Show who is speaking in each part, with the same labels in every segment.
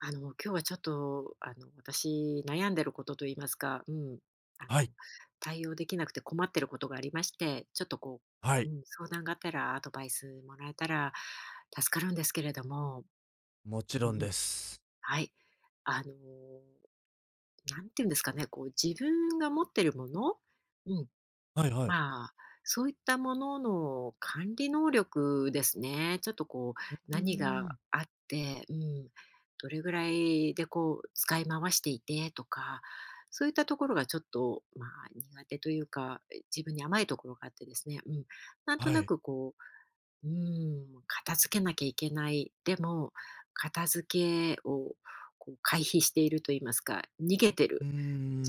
Speaker 1: 今日はちょっと、私、悩んでることといいますか、うん、あ
Speaker 2: は
Speaker 1: の、
Speaker 2: い、
Speaker 1: 対応できなくて困ってることがありまして、ちょっとこ
Speaker 2: は
Speaker 1: う、う
Speaker 2: い、
Speaker 1: ん、相談があったら、アドバイスもらえたら助かるんですけれども、
Speaker 2: もち
Speaker 1: う
Speaker 2: ろん
Speaker 1: ん、
Speaker 2: です。
Speaker 1: はい。あの、なんていうんですかね、こう、自分が持ってるもの、うん、
Speaker 2: はいはい。う
Speaker 1: まあ、そういったものの管理能力ですね。ちょっとこう、
Speaker 2: ー
Speaker 1: 何が
Speaker 2: ん。
Speaker 1: あって、うん、どれぐらいでこう、使い回していてとか、そういったところがちょっと、まあ、苦手というか、自分に甘いところがあってですね。うん。なんと
Speaker 2: は
Speaker 1: な
Speaker 2: い。
Speaker 1: くこう、うん、片付けなきゃいけない。でも、片付けをこう回避していると言いますか、逃げて
Speaker 2: うー
Speaker 1: る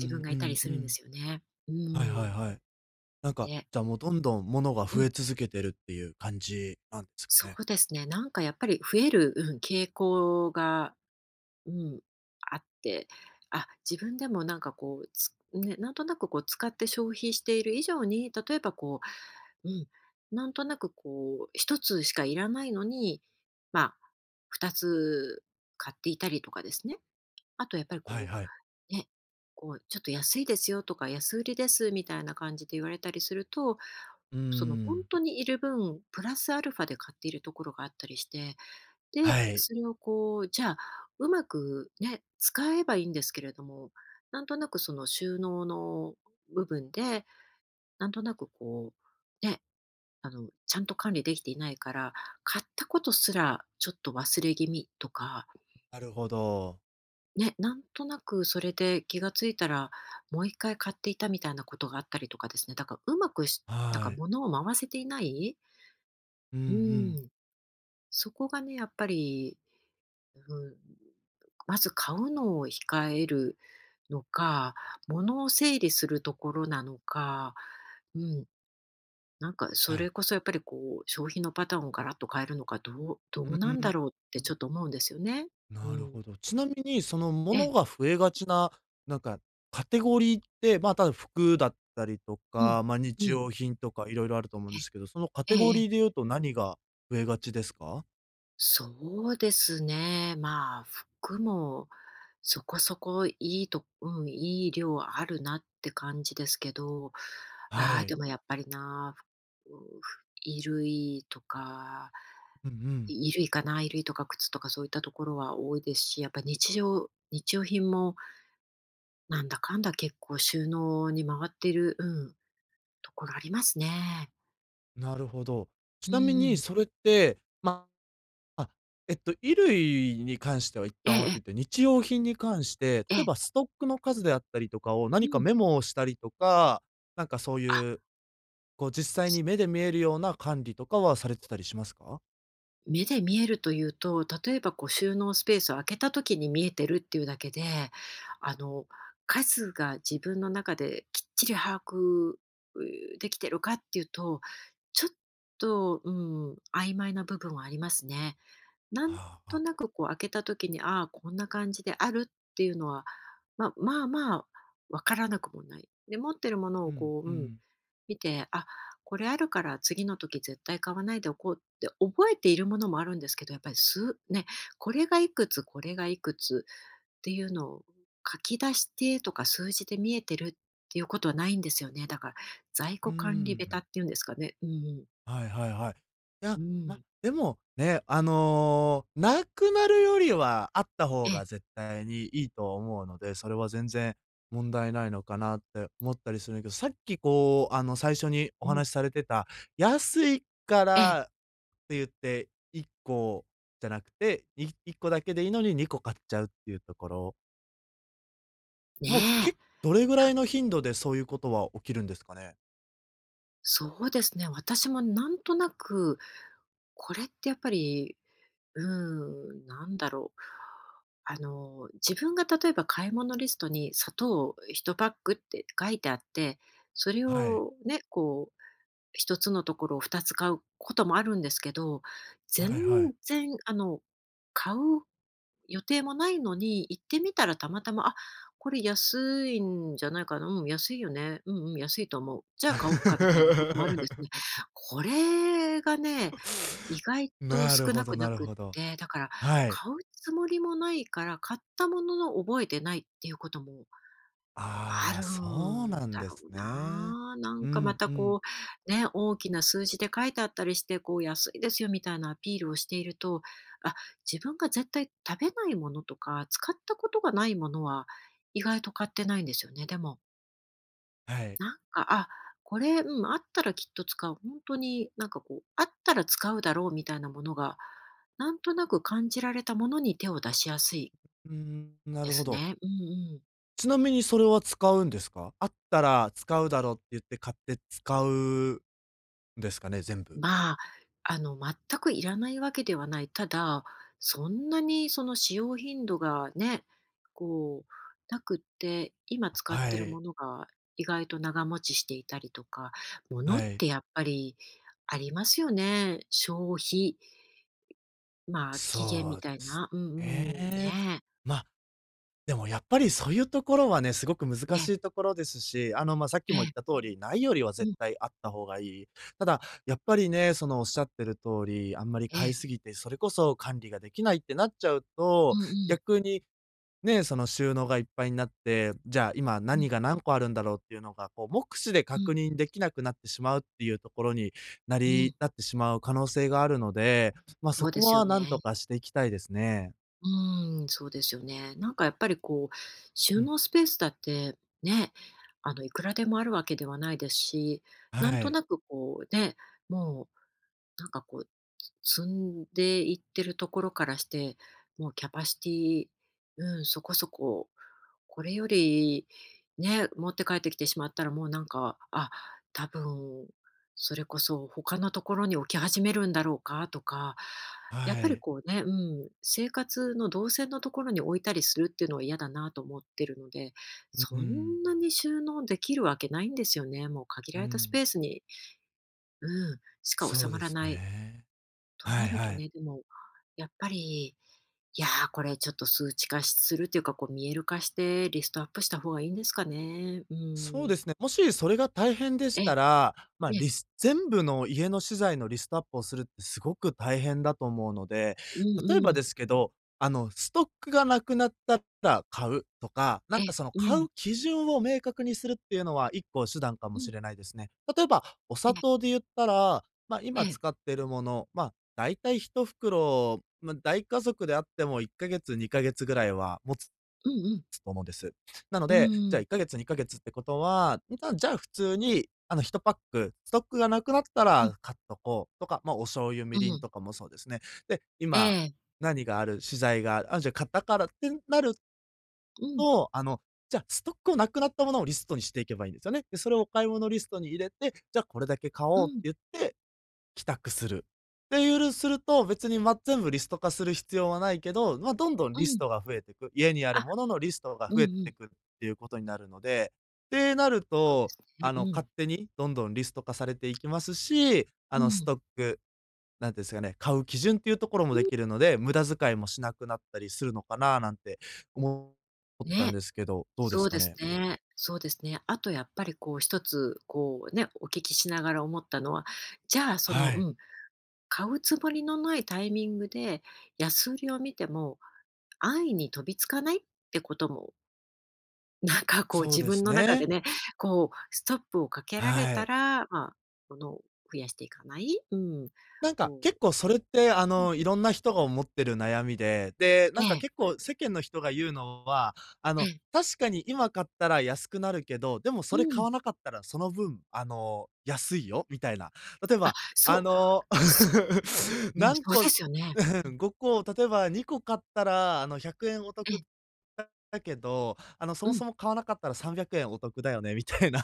Speaker 1: 自分が
Speaker 2: う
Speaker 1: いたり
Speaker 2: ん
Speaker 1: す
Speaker 2: う
Speaker 1: るんで
Speaker 2: ん。
Speaker 1: すよね。う
Speaker 2: はいはい
Speaker 1: ん。
Speaker 2: はい。なんか、
Speaker 1: で、
Speaker 2: じゃあもうどんどん物が
Speaker 1: う
Speaker 2: 増
Speaker 1: ん。
Speaker 2: え続けてるっていう感じなんですか
Speaker 1: そ
Speaker 2: ね？
Speaker 1: うですね、なんかやっぱり増える、うん、傾向が、うん、あって、あ、自分でもなんかこう、なんとなくこう使って消費している以上に、例えばこう、うん、なんとなくこう一つしかいらないのに、まあ、二つ買っていたりとかですね。あとやっぱり
Speaker 2: はい
Speaker 1: こ
Speaker 2: はい。
Speaker 1: う、ね、こうちょっと安いですよとか、安売りですみたいな感じで言われたりすると、
Speaker 2: うー
Speaker 1: その本
Speaker 2: ん、
Speaker 1: 当にいる分、プラスアルファで買っているところがあったりしてで、
Speaker 2: はい。
Speaker 1: それをこう、じゃあ、うまくね、使えばいいんですけれども、なんとなくその収納の部分で、なんとなくこう、ね、ちゃんと管理できていないから、買ったことすらちょっと忘れ気味とか、
Speaker 2: なるほど。
Speaker 1: ね、なんとなくそれで気がついたら、もう一回買っていたみたいなことがあったりとかですね、だからうまくしなんか
Speaker 2: はい。
Speaker 1: 物を回せていない、
Speaker 2: うんう
Speaker 1: う
Speaker 2: ん。
Speaker 1: ん、そこがね、やっぱりうん、まず買うのを控えるのか、物を整理するところなのか、うん、なんか
Speaker 2: は
Speaker 1: それ
Speaker 2: い。
Speaker 1: こそやっぱりこう消費のパターンをガラッと変えるのか、どうど
Speaker 2: う
Speaker 1: うなん
Speaker 2: ー
Speaker 1: だ
Speaker 2: ん。
Speaker 1: ろうってちょっと思うんですよね。う
Speaker 2: なる
Speaker 1: ん。
Speaker 2: ほど。ちなみに、その
Speaker 1: え
Speaker 2: 物が増えがちな、なんか、カテゴリーって、まあ、ただ服だったりと
Speaker 1: うん、
Speaker 2: か、まあ、
Speaker 1: う
Speaker 2: 日
Speaker 1: ん、
Speaker 2: 用品とかいろいろあると思うんですけ
Speaker 1: え、
Speaker 2: ど、そのカ
Speaker 1: え
Speaker 2: テ
Speaker 1: え
Speaker 2: ゴ
Speaker 1: ええ。
Speaker 2: リーで言うと何が増えがちですか？
Speaker 1: そうですね。まあ、服もそこそこいいと、うん、いい量あるなって感じですけど、
Speaker 2: は
Speaker 1: ああ、で
Speaker 2: い。
Speaker 1: もやっぱりな、ふうんふ衣類とか、
Speaker 2: うんうん。
Speaker 1: 衣類かな、衣類とか靴とかそういったところは多いですし、やっぱ日常、日用品もなんだかんだ結構収納に回ってる、うん、ところありますね。
Speaker 2: なるほど。ち
Speaker 1: うん
Speaker 2: なみ
Speaker 1: う
Speaker 2: に
Speaker 1: ん。
Speaker 2: それって、まあ、衣類に関しては一
Speaker 1: ええ、
Speaker 2: 旦置
Speaker 1: ええ、
Speaker 2: いといて、日用品に関して、
Speaker 1: え
Speaker 2: 例えば
Speaker 1: え。
Speaker 2: ストックの数であったりとかを
Speaker 1: う
Speaker 2: 何か
Speaker 1: ん。
Speaker 2: メモをしたりとか、なんかそう
Speaker 1: あ、
Speaker 2: いうこう実際に目で見えるような管理とかはされてたりしますか？
Speaker 1: 目で見えるというと、例えばこう収納スペースを開けた時に見えてるっていうだけで、あの、数が自分の中できっちり把握うできてるかっていうと、ちょっと、うん、曖昧な部分はありますね。なん
Speaker 2: あ
Speaker 1: と
Speaker 2: あ、
Speaker 1: なくこう開けた時に、ああ、こんな感じであるっていうのは、まあまあ、わからなくもない。で、持ってるもの
Speaker 2: う
Speaker 1: を
Speaker 2: ん
Speaker 1: こう、
Speaker 2: う
Speaker 1: うん、
Speaker 2: ん。
Speaker 1: 見て、あ、これあるから次の時絶対買わないでおこうって覚えているものもあるんですけど、やっぱり数ね、これがいくつ、これがいくつっていうのを書き出してとか数字で見えてるっていうことはないんですよね。だから在
Speaker 2: うー
Speaker 1: 庫
Speaker 2: ん。う
Speaker 1: 管理ベタ
Speaker 2: ん。
Speaker 1: っていうんですかね。うんうん。
Speaker 2: はいはいはい。い
Speaker 1: う
Speaker 2: や、ま、
Speaker 1: ん。
Speaker 2: でも、ね、あの、なくなるよりはあった
Speaker 1: え
Speaker 2: 方が
Speaker 1: え、
Speaker 2: 絶対にいいと思うので、それは全然問題ないのかなって思ったりするんけど、さっきこう、あの、最初にお
Speaker 1: うん。
Speaker 2: 話しされてた、安いか
Speaker 1: ええ、
Speaker 2: らって言って、1個じゃなくて、1個だけでいいのに2個買っちゃうっていうところ
Speaker 1: ね
Speaker 2: もう、
Speaker 1: え。
Speaker 2: けどれぐらい
Speaker 1: あ、
Speaker 2: の頻度でそういうことは起きるんですかね？
Speaker 1: そうですね。私もなんとなく、これってやっぱりうーん、なんだろう。自分が例えば買い物リストに砂糖を1パックって書いてあって、それ
Speaker 2: はい。
Speaker 1: をね、こう、1つのところを2つ買うこともあるんですけど、全
Speaker 2: はいはい。
Speaker 1: 然、買う予定もないのに、行ってみたらたまたま、あ、これ安いんじゃないかな、うん、安いよね、うんうん、安いと思う。じゃあ買おっかみたいなこともあるんですね。これがね、意外と
Speaker 2: なる
Speaker 1: 少
Speaker 2: ほ
Speaker 1: な
Speaker 2: ど
Speaker 1: くな
Speaker 2: なる
Speaker 1: くっ
Speaker 2: ほど。
Speaker 1: て、だから
Speaker 2: はい。
Speaker 1: 買うつもりもないから、買ったものの覚えてないっていうこともあ
Speaker 2: ああ、
Speaker 1: る
Speaker 2: そう
Speaker 1: ん
Speaker 2: なん
Speaker 1: だ
Speaker 2: で
Speaker 1: ろ
Speaker 2: す
Speaker 1: う
Speaker 2: ね。
Speaker 1: な。なん
Speaker 2: う
Speaker 1: かま
Speaker 2: ん
Speaker 1: た
Speaker 2: うん。
Speaker 1: こう、ね、大きな数字で書いてあったりして、こう安いですよみたいなアピールをしていると、あ、自分が絶対食べないものとか、使ったことがないものは意外と買ってないんですよね、でも。
Speaker 2: はい。
Speaker 1: なんか、あ、これ、うん、あったらきっと使う。本当になんかこう、あったら使うだろうみたいなものが、なんとなく感じられたものに手を出しやすい
Speaker 2: うん、な
Speaker 1: で
Speaker 2: るほ
Speaker 1: す
Speaker 2: ど。
Speaker 1: ね。うんうん。
Speaker 2: ちなみにそれは使うんですか？あったら使うだろうって言って買って使うんですかね？全部。
Speaker 1: まあ、全くいらないわけではない。ただ、そんなにその使用頻度がね、こう、なくって、今使っ
Speaker 2: は
Speaker 1: てるも
Speaker 2: い、
Speaker 1: のが意外と長持ちしていたりとか、ものっ
Speaker 2: はい。
Speaker 1: てやっぱりありますよね。消費。まあ、期限み
Speaker 2: そうで
Speaker 1: たい
Speaker 2: す
Speaker 1: な、うんうん、
Speaker 2: ね。
Speaker 1: ねえ、
Speaker 2: までもやっぱりそういうところはね、すごく
Speaker 1: え
Speaker 2: 難
Speaker 1: え、
Speaker 2: しいところですし、あの、ま、あさっき
Speaker 1: え
Speaker 2: も言っ
Speaker 1: え、
Speaker 2: た通り、ないよりは
Speaker 1: う
Speaker 2: 絶
Speaker 1: ん、
Speaker 2: 対あった方がいい。ただ、やっぱりね、そのおっしゃってる通り、あんまり
Speaker 1: え
Speaker 2: 買い
Speaker 1: え、
Speaker 2: すぎて、それこそ管理ができないってなっちゃう
Speaker 1: う
Speaker 2: と、
Speaker 1: んうん、
Speaker 2: 逆にね、その収納がいっぱいになって、じゃあ今
Speaker 1: うん
Speaker 2: 何が何個あるんだろうっていうのが、こう目視で
Speaker 1: う
Speaker 2: 確
Speaker 1: ん、
Speaker 2: 認できなくなってしまうっていうところにな
Speaker 1: うん、
Speaker 2: りなってしまう可能性があるので、ま、あそ
Speaker 1: そうで
Speaker 2: こ
Speaker 1: すよ
Speaker 2: は
Speaker 1: ね。
Speaker 2: 何とかしていきたいですね。
Speaker 1: うん、そうですよね。なんかやっぱりこう、収
Speaker 2: うん、
Speaker 1: 納スペースだって、ね、いくらでもあるわけではないですし、なん
Speaker 2: は
Speaker 1: と
Speaker 2: い、
Speaker 1: なくこうね、もうなんかこう、積んでいってるところからして、もうキャパシティ、うん、そこそここれより、ね、持って帰ってきてしまったらもうなんか、あ、多分、それこそ他のところに置き始めるんだろうかとか、
Speaker 2: は
Speaker 1: やっぱり
Speaker 2: い。
Speaker 1: こうね、うん、生活の動線のところに置いたりするっていうのは嫌だなと思ってるので、
Speaker 2: う
Speaker 1: そん
Speaker 2: ん、
Speaker 1: なに収納できるわけないんですよね。もう限
Speaker 2: う
Speaker 1: られたスペ
Speaker 2: ん、
Speaker 1: ースに、うん、しか
Speaker 2: そ
Speaker 1: 収
Speaker 2: う
Speaker 1: ま
Speaker 2: で
Speaker 1: ら
Speaker 2: す
Speaker 1: ない。
Speaker 2: ね。
Speaker 1: と
Speaker 2: は
Speaker 1: な
Speaker 2: い
Speaker 1: る
Speaker 2: は
Speaker 1: と
Speaker 2: い。
Speaker 1: ね、でも、やっぱりいやー、これちょっと数値化するっていうか、こう見える化してリストアップした方がいいんですかね。う
Speaker 2: そうで
Speaker 1: ん。
Speaker 2: すね。もしそれが大変で
Speaker 1: え
Speaker 2: し
Speaker 1: え、
Speaker 2: たら、まあ、全部の家の資材のリストアップをするってすごく大変だと思うので、
Speaker 1: うん
Speaker 2: 例え
Speaker 1: う
Speaker 2: ば
Speaker 1: ん。
Speaker 2: ですけど、あの、ストックがなくなったら買うとか、なんかそ
Speaker 1: え
Speaker 2: の買う基準を明確にするっていうのは一個手段かもしれないですね。例えば、お砂糖で言ったら、まあ、今使ってるもの、ま、あ大体一袋、まあ、大家族であっても1ヶ月2ヶ月ぐらいは持つ
Speaker 1: うんうん、
Speaker 2: と思うんです。なの
Speaker 1: う
Speaker 2: で、じ
Speaker 1: ー
Speaker 2: ゃあ
Speaker 1: ん、
Speaker 2: 1ヶ月、2ヶ月ってことは、じゃあ普通に、あの1パック、ストックがなくなった
Speaker 1: うん、
Speaker 2: ら買っとこうとか、まあ、お醤油、
Speaker 1: う
Speaker 2: みりん
Speaker 1: ん、
Speaker 2: とかもそうですね。で、
Speaker 1: え
Speaker 2: 今、
Speaker 1: え
Speaker 2: 何がある、資材がある、あ、じゃあ買ったからってなると、あの、じゃ、あストックをなくなったものをリストにしていけばいいんですよね。で、それをお買い物リストに入れて、じゃあこれだけ買おうって言って帰宅する。っていうすると、別に、ま、全部リスト化する必要はないけど、ま、どんどんリストが増えてく、家にあるもののリス
Speaker 1: うんうんうんうんうんええうんうんうんあ
Speaker 2: トが増え
Speaker 1: うんう
Speaker 2: て
Speaker 1: ん
Speaker 2: くっていうことになるので、ってなる
Speaker 1: そうで
Speaker 2: と、
Speaker 1: すね。
Speaker 2: あ
Speaker 1: う
Speaker 2: の、
Speaker 1: ん、
Speaker 2: 勝手にどんどんリスト化されていきますし、あ
Speaker 1: う
Speaker 2: の、ス
Speaker 1: ん、
Speaker 2: トック、なんていうんですかね、買う基準っていうところも
Speaker 1: う
Speaker 2: で
Speaker 1: ん。
Speaker 2: きるので、無駄遣いもしなくなったりするのかななんて思ったん
Speaker 1: ね、
Speaker 2: ですけど、どうで
Speaker 1: そ
Speaker 2: す
Speaker 1: う
Speaker 2: か
Speaker 1: です
Speaker 2: ね？
Speaker 1: ね。そうですね。あとやっぱりこう一つ、こうね、お聞きしながら思ったのは、じゃあそ
Speaker 2: は
Speaker 1: の、
Speaker 2: い、
Speaker 1: うん買うつもりのないタイミングで安売りを見ても安易に飛びつかないってことも、なんかこう
Speaker 2: そう
Speaker 1: 自
Speaker 2: で
Speaker 1: 分
Speaker 2: す
Speaker 1: の中で
Speaker 2: ね。
Speaker 1: ね、こうストップをかけられ
Speaker 2: は
Speaker 1: た
Speaker 2: い。
Speaker 1: ら、まあ、物を増やしていかない、うん、
Speaker 2: なんか、
Speaker 1: こ
Speaker 2: 結構それって、あ
Speaker 1: ううん、
Speaker 2: の、いろんな人が思ってる悩みで、で、な
Speaker 1: え
Speaker 2: んか
Speaker 1: え、
Speaker 2: 結構世間の人が言うのは、あ
Speaker 1: え
Speaker 2: の、
Speaker 1: え、
Speaker 2: 確かに今買ったら安くなるけど、でも
Speaker 1: う
Speaker 2: それ買
Speaker 1: ん、
Speaker 2: わなかったらその分、あの、安いよみたいな。例えば、
Speaker 1: そ
Speaker 2: あ
Speaker 1: う、
Speaker 2: の、
Speaker 1: そ う、うん、
Speaker 2: 何
Speaker 1: そう
Speaker 2: 個
Speaker 1: ですよね。うん、
Speaker 2: 5 個、例えば2個買ったら、あの、¥100 お
Speaker 1: ええ、
Speaker 2: 得だけど、あの、そ
Speaker 1: う
Speaker 2: も
Speaker 1: ん。
Speaker 2: そも買わなかったら ¥300 お得だよねみたいな。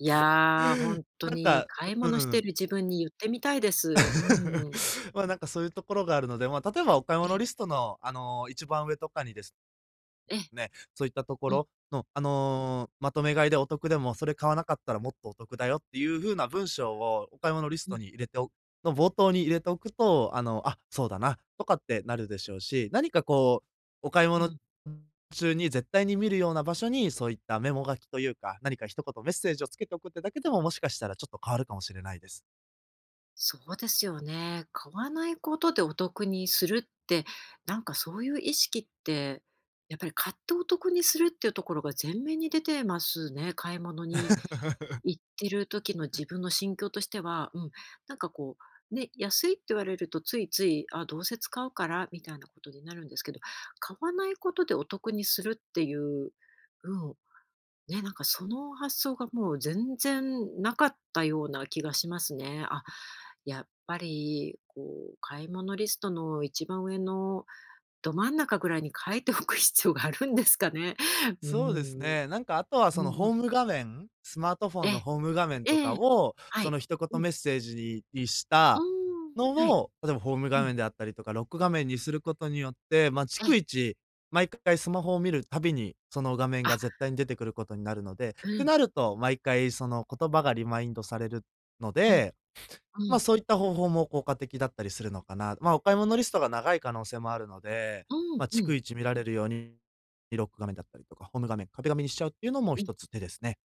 Speaker 1: いや、ー本 当
Speaker 2: なん
Speaker 1: に
Speaker 2: か
Speaker 1: 買い
Speaker 2: う
Speaker 1: 物して
Speaker 2: ん
Speaker 1: る自分に言ってみたいです。うん。
Speaker 2: まあ、なんかそういうところがあるので、まあ、例えばお買い
Speaker 1: ええ、
Speaker 2: 物リストの、あの、一番上とかにです
Speaker 1: ええ、
Speaker 2: ね、そういったとこ
Speaker 1: うん、
Speaker 2: ろの、あの、まとめ買いでお得でも、それ買わなかったらもっとお得だよっていう風な文章をお買い物リス
Speaker 1: う
Speaker 2: ト
Speaker 1: ん、
Speaker 2: に入れておくの冒頭に入れておくと、あの、あ、そうだなとかってなるでしょうし、何かこう、お買い
Speaker 1: う
Speaker 2: 物
Speaker 1: ん。
Speaker 2: 中に絶対に見るような場所に、そういったメモ書きというか、何か一言メッセージをつけておくってだけでも、もしかしたらちょっと変わるかもしれないです。
Speaker 1: そうですよね。買わないことでお得にするって、なんかそういう意識って、やっぱり買ってお得にするっていうところが前面に出てますね。買い物に 行ってる時の自分の心境としては、うん、なんかこう、ね、安いって言われるとついつい、あ、どうせ使うからみたいなことになるんですけど、買わないことでお得にするっていう、うん、ね、なんかその発想がもう全然なかったような気がしますね。あ、やっぱりこう買い物リストの一番上のど真ん中ぐらいに書いておく必要があるんですかね。うー
Speaker 2: そうです
Speaker 1: ん。うん
Speaker 2: ね。なんかあとはその
Speaker 1: う
Speaker 2: ホ
Speaker 1: ん。
Speaker 2: ーム画面、スマートフォ
Speaker 1: え
Speaker 2: ンの
Speaker 1: え、
Speaker 2: ホーム画面
Speaker 1: え
Speaker 2: とか
Speaker 1: え。
Speaker 2: を、
Speaker 1: は
Speaker 2: そ
Speaker 1: い。
Speaker 2: の一
Speaker 1: う
Speaker 2: 言
Speaker 1: ん。
Speaker 2: メッセージにし
Speaker 1: う
Speaker 2: た
Speaker 1: ーん、
Speaker 2: の
Speaker 1: はい。
Speaker 2: を、例えばホーム
Speaker 1: う
Speaker 2: 画
Speaker 1: ん。
Speaker 2: 面であったりとか、ロック画面にすることによって、ま、あ
Speaker 1: え
Speaker 2: 逐
Speaker 1: え。
Speaker 2: 一、毎回スマホを見るたびに、その画面が
Speaker 1: あ、
Speaker 2: 絶対に出てくることになるので、ってな
Speaker 1: う
Speaker 2: ると、毎回その言葉がリマインドされるの
Speaker 1: うん、
Speaker 2: で
Speaker 1: う
Speaker 2: ま、あ
Speaker 1: ん、
Speaker 2: そういった方法も効果的だったりするのかな。ま、あお買い物リストが長い可能性もあるので、
Speaker 1: うん、
Speaker 2: ま、あ
Speaker 1: う
Speaker 2: 逐
Speaker 1: ん。
Speaker 2: 一見られるように、ロック画面だったりとか、ホーム画面、壁紙にしちゃうっていうのも
Speaker 1: うん。
Speaker 2: 一つ手ですね。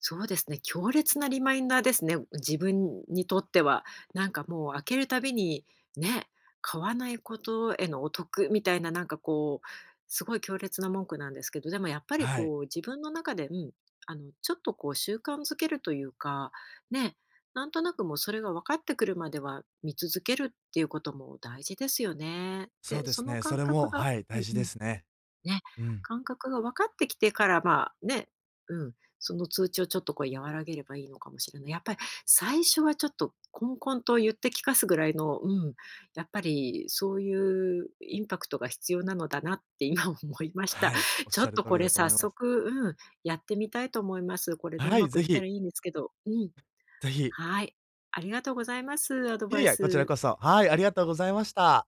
Speaker 1: そうですね、強烈なリマインダーですね。自分にとっては。なんかもう開けるたびに、ね、買わないことへのお得みたいな、なんかこう、すごい強烈な文句なんですけど、でもやっぱり
Speaker 2: はい。
Speaker 1: こう自分の中で、うん、ちょっとこう習慣づけるというか、ね、なんとなくもうそれが分かってくるまでは見続けるっていうことも大事ですよね。
Speaker 2: そ
Speaker 1: で、
Speaker 2: うで
Speaker 1: そ
Speaker 2: す
Speaker 1: の
Speaker 2: ね、そ
Speaker 1: 感
Speaker 2: れ
Speaker 1: 覚
Speaker 2: も、
Speaker 1: が
Speaker 2: はい、
Speaker 1: う
Speaker 2: 大
Speaker 1: ん
Speaker 2: 事
Speaker 1: う
Speaker 2: で
Speaker 1: ん。
Speaker 2: すね。
Speaker 1: ね、
Speaker 2: うん。
Speaker 1: 感覚が分かってきてから、まあ、ね、うん、その通知をちょっとこう和らげればいいのかもしれない。やっぱり最初はちょっとこんこんと言って聞かすぐらいの、うん、やっぱりそういうインパクトが必要なのだなって今 思いました。
Speaker 2: はい、おっ
Speaker 1: ちょ
Speaker 2: しゃ
Speaker 1: っ
Speaker 2: る
Speaker 1: と
Speaker 2: 通
Speaker 1: こ
Speaker 2: り
Speaker 1: れ
Speaker 2: だと思
Speaker 1: 早
Speaker 2: います。
Speaker 1: 速、うん、やってみたいと思います。これでう
Speaker 2: は
Speaker 1: ま
Speaker 2: い、
Speaker 1: く
Speaker 2: ぜ
Speaker 1: いったら
Speaker 2: ひ、
Speaker 1: いいんですけど。うん、
Speaker 2: ぜひ。
Speaker 1: はい。ありがとうございます、アド
Speaker 2: い
Speaker 1: バ
Speaker 2: えい
Speaker 1: イ
Speaker 2: え、こちら
Speaker 1: ス。
Speaker 2: こそ。はい、ありがとうございました。